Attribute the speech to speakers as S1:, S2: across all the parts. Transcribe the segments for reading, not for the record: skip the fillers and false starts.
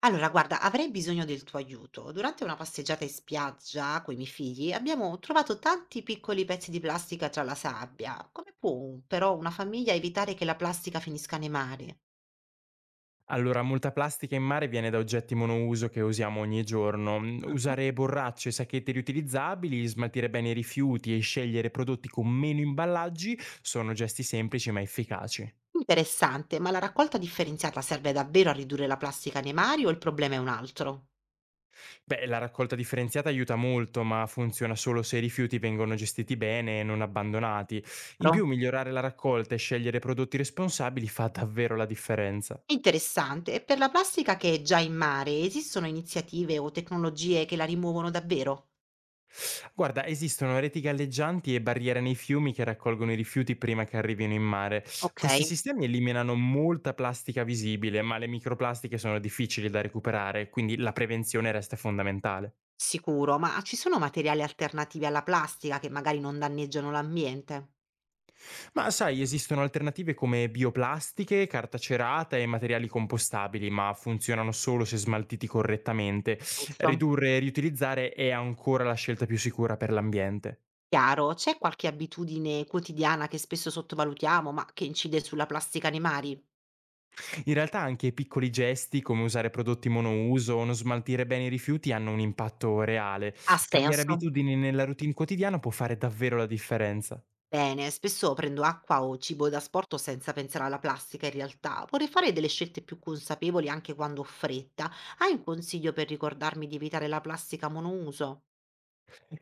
S1: Allora, guarda, avrei bisogno del tuo aiuto. Durante una passeggiata in spiaggia coi miei figli abbiamo trovato tanti piccoli pezzi di plastica tra la sabbia. Come può però una famiglia evitare che la plastica finisca nei mari?
S2: Allora, molta plastica in mare viene da oggetti monouso che usiamo ogni giorno.
S1: Ah.
S2: Usare borracce, sacchetti riutilizzabili, smaltire bene i rifiuti e scegliere prodotti con meno imballaggi sono gesti semplici ma efficaci.
S1: Interessante, ma la raccolta differenziata serve davvero a ridurre la plastica nei mari o il problema è un altro?
S2: Beh, la raccolta differenziata aiuta molto, ma funziona solo se i rifiuti vengono gestiti bene e non abbandonati. In
S1: Chiaro?
S2: più, migliorare la raccolta e scegliere prodotti responsabili fa davvero la differenza.
S1: Interessante. E per la plastica che è già in mare, esistono iniziative o tecnologie che la rimuovono davvero?
S2: Guarda, esistono reti galleggianti e barriere nei fiumi che raccolgono i rifiuti prima che arrivino in mare.
S1: Ok.
S2: Questi sistemi eliminano molta plastica visibile, ma le microplastiche sono difficili da recuperare, quindi la prevenzione resta fondamentale.
S1: Sicuro, ma ci sono materiali alternativi alla plastica che magari non danneggiano l'ambiente?
S2: Ma sai, esistono alternative come bioplastiche, carta cerata e materiali compostabili, ma funzionano solo se smaltiti correttamente.
S1: Giusto.
S2: Ridurre e riutilizzare è ancora la scelta più sicura per l'ambiente.
S1: Chiaro, c'è qualche abitudine quotidiana che spesso sottovalutiamo, ma che incide sulla plastica nei mari?
S2: In realtà anche piccoli gesti come usare prodotti monouso o non smaltire bene i rifiuti hanno un impatto reale.
S1: Ha
S2: Cambiare
S1: senso.
S2: abitudini nella routine quotidiana può fare davvero la differenza.
S1: Bene, spesso prendo acqua o cibo da sporto senza pensare alla plastica in realtà. Vorrei fare delle scelte più consapevoli anche quando ho fretta. Hai un consiglio per ricordarmi di evitare la plastica monouso?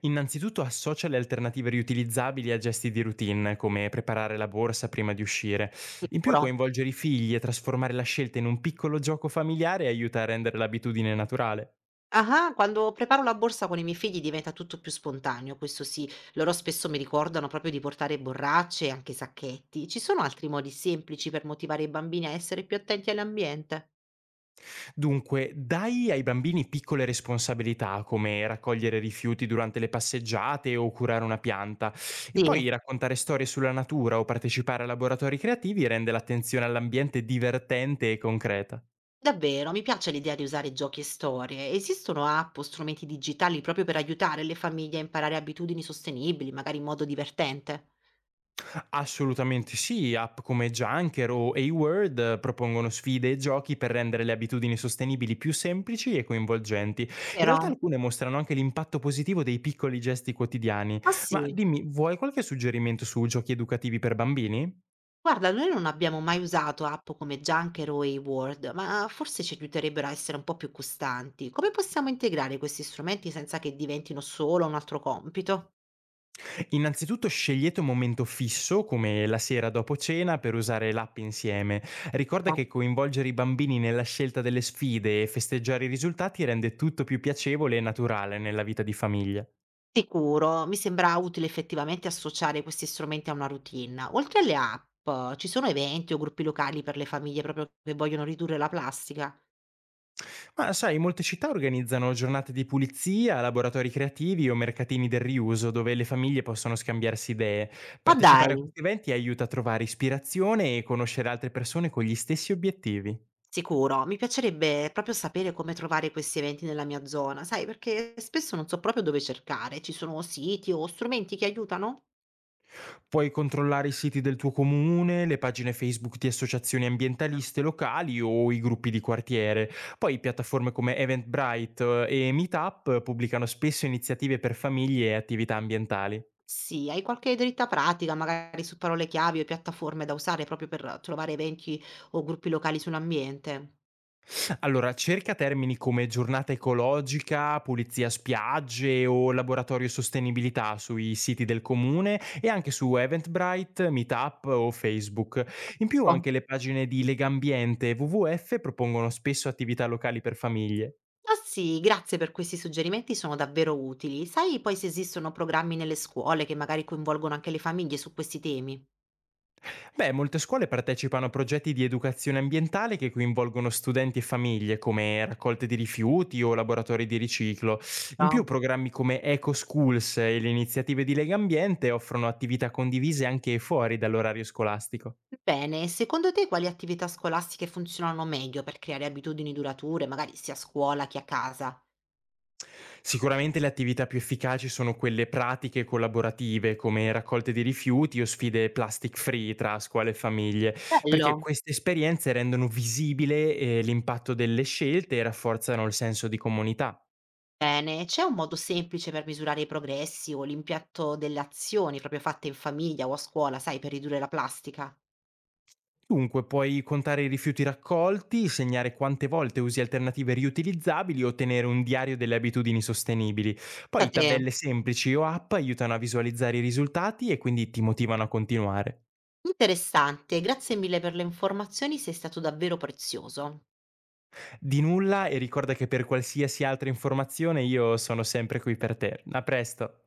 S2: Innanzitutto associa le alternative riutilizzabili a gesti di routine, come preparare la borsa prima di uscire. In più
S1: Sicuro.
S2: coinvolgere i figli e trasformare la scelta in un piccolo gioco familiare aiuta a rendere l'abitudine naturale.
S1: Ah-ah, quando preparo la borsa con i miei figli diventa tutto più spontaneo, questo sì. Loro spesso mi ricordano proprio di portare borracce e anche sacchetti. Ci sono altri modi semplici per motivare i bambini a essere più attenti all'ambiente?
S2: Dunque, dai ai bambini piccole responsabilità, come raccogliere rifiuti durante le passeggiate o curare una pianta, e
S1: Sì.
S2: poi raccontare storie sulla natura o partecipare a laboratori creativi rende l'attenzione all'ambiente divertente e concreta.
S1: Davvero, mi piace l'idea di usare giochi e storie. Esistono app o strumenti digitali proprio per aiutare le famiglie a imparare abitudini sostenibili, magari in modo divertente?
S2: Assolutamente sì, app come Junker o A-Word propongono sfide e giochi per rendere le abitudini sostenibili più semplici e coinvolgenti. In realtà
S1: Vero?
S2: alcune mostrano anche l'impatto positivo dei piccoli gesti quotidiani.
S1: Ah
S2: Ma
S1: sì.
S2: dimmi, vuoi qualche suggerimento su giochi educativi per bambini?
S1: Guarda, noi non abbiamo mai usato app come Junker o Reward, ma forse ci aiuterebbero a essere un po' più costanti. Come possiamo integrare questi strumenti senza che diventino solo un altro compito?
S2: Innanzitutto scegliete un momento fisso, come la sera dopo cena, per usare l'app insieme. Ricorda
S1: No.
S2: che coinvolgere i bambini nella scelta delle sfide e festeggiare i risultati rende tutto più piacevole e naturale nella vita di famiglia.
S1: Sicuro, mi sembra utile effettivamente associare questi strumenti a una routine. Oltre alle app, ci sono eventi o gruppi locali per le famiglie proprio che vogliono ridurre la plastica?
S2: Ma sai, molte città organizzano giornate di pulizia, laboratori creativi o mercatini del riuso dove le famiglie possono scambiarsi idee.
S1: Ma
S2: Partecipare a
S1: dai!
S2: questi eventi aiuta a trovare ispirazione e conoscere altre persone con gli stessi obiettivi.
S1: Sicuro, mi piacerebbe proprio sapere come trovare questi eventi nella mia zona, sai, perché spesso non so proprio dove cercare, ci sono siti o strumenti che aiutano?
S2: Puoi controllare i siti del tuo comune, le pagine Facebook di associazioni ambientaliste locali o i gruppi di quartiere. Poi piattaforme come Eventbrite e Meetup pubblicano spesso iniziative per famiglie e attività ambientali.
S1: Sì, hai qualche dritta pratica, magari su parole chiave o piattaforme da usare proprio per trovare eventi o gruppi locali sull'ambiente?
S2: Allora, cerca termini come giornata ecologica, pulizia spiagge o laboratorio sostenibilità sui siti del comune e anche su Eventbrite, Meetup o Facebook. In più
S1: Ecco.
S2: anche le pagine di Legambiente e WWF propongono spesso attività locali per famiglie.
S1: Ah sì, grazie per questi suggerimenti, sono davvero utili. Sai poi se esistono programmi nelle scuole che magari coinvolgono anche le famiglie su questi temi?
S2: Beh, molte scuole partecipano a progetti di educazione ambientale che coinvolgono studenti e famiglie, come raccolte di rifiuti o laboratori di riciclo. In più, programmi come Eco Schools e le iniziative di Lega Ambiente offrono attività condivise anche fuori dall'orario scolastico.
S1: Bene, secondo te quali attività scolastiche funzionano meglio per creare abitudini durature, magari sia a scuola che a casa?
S2: Sicuramente le attività più efficaci sono quelle pratiche e collaborative, come raccolte di rifiuti o sfide plastic free tra scuole e famiglie, perché
S1: Bello.
S2: queste esperienze rendono visibile l'impatto delle scelte e rafforzano il senso di comunità.
S1: Bene, c'è un modo semplice per misurare i progressi o l'impatto delle azioni proprio fatte in famiglia o a scuola, sai, per ridurre la plastica?
S2: Dunque, puoi contare i rifiuti raccolti, segnare quante volte usi alternative riutilizzabili o tenere un diario delle abitudini sostenibili. Poi
S1: Pensate,
S2: tabelle semplici o app aiutano a visualizzare i risultati e quindi ti motivano a continuare.
S1: interessante, grazie mille per le informazioni, sei stato davvero prezioso.
S2: Di nulla e ricorda che per qualsiasi altra informazione io sono sempre qui per te. A presto!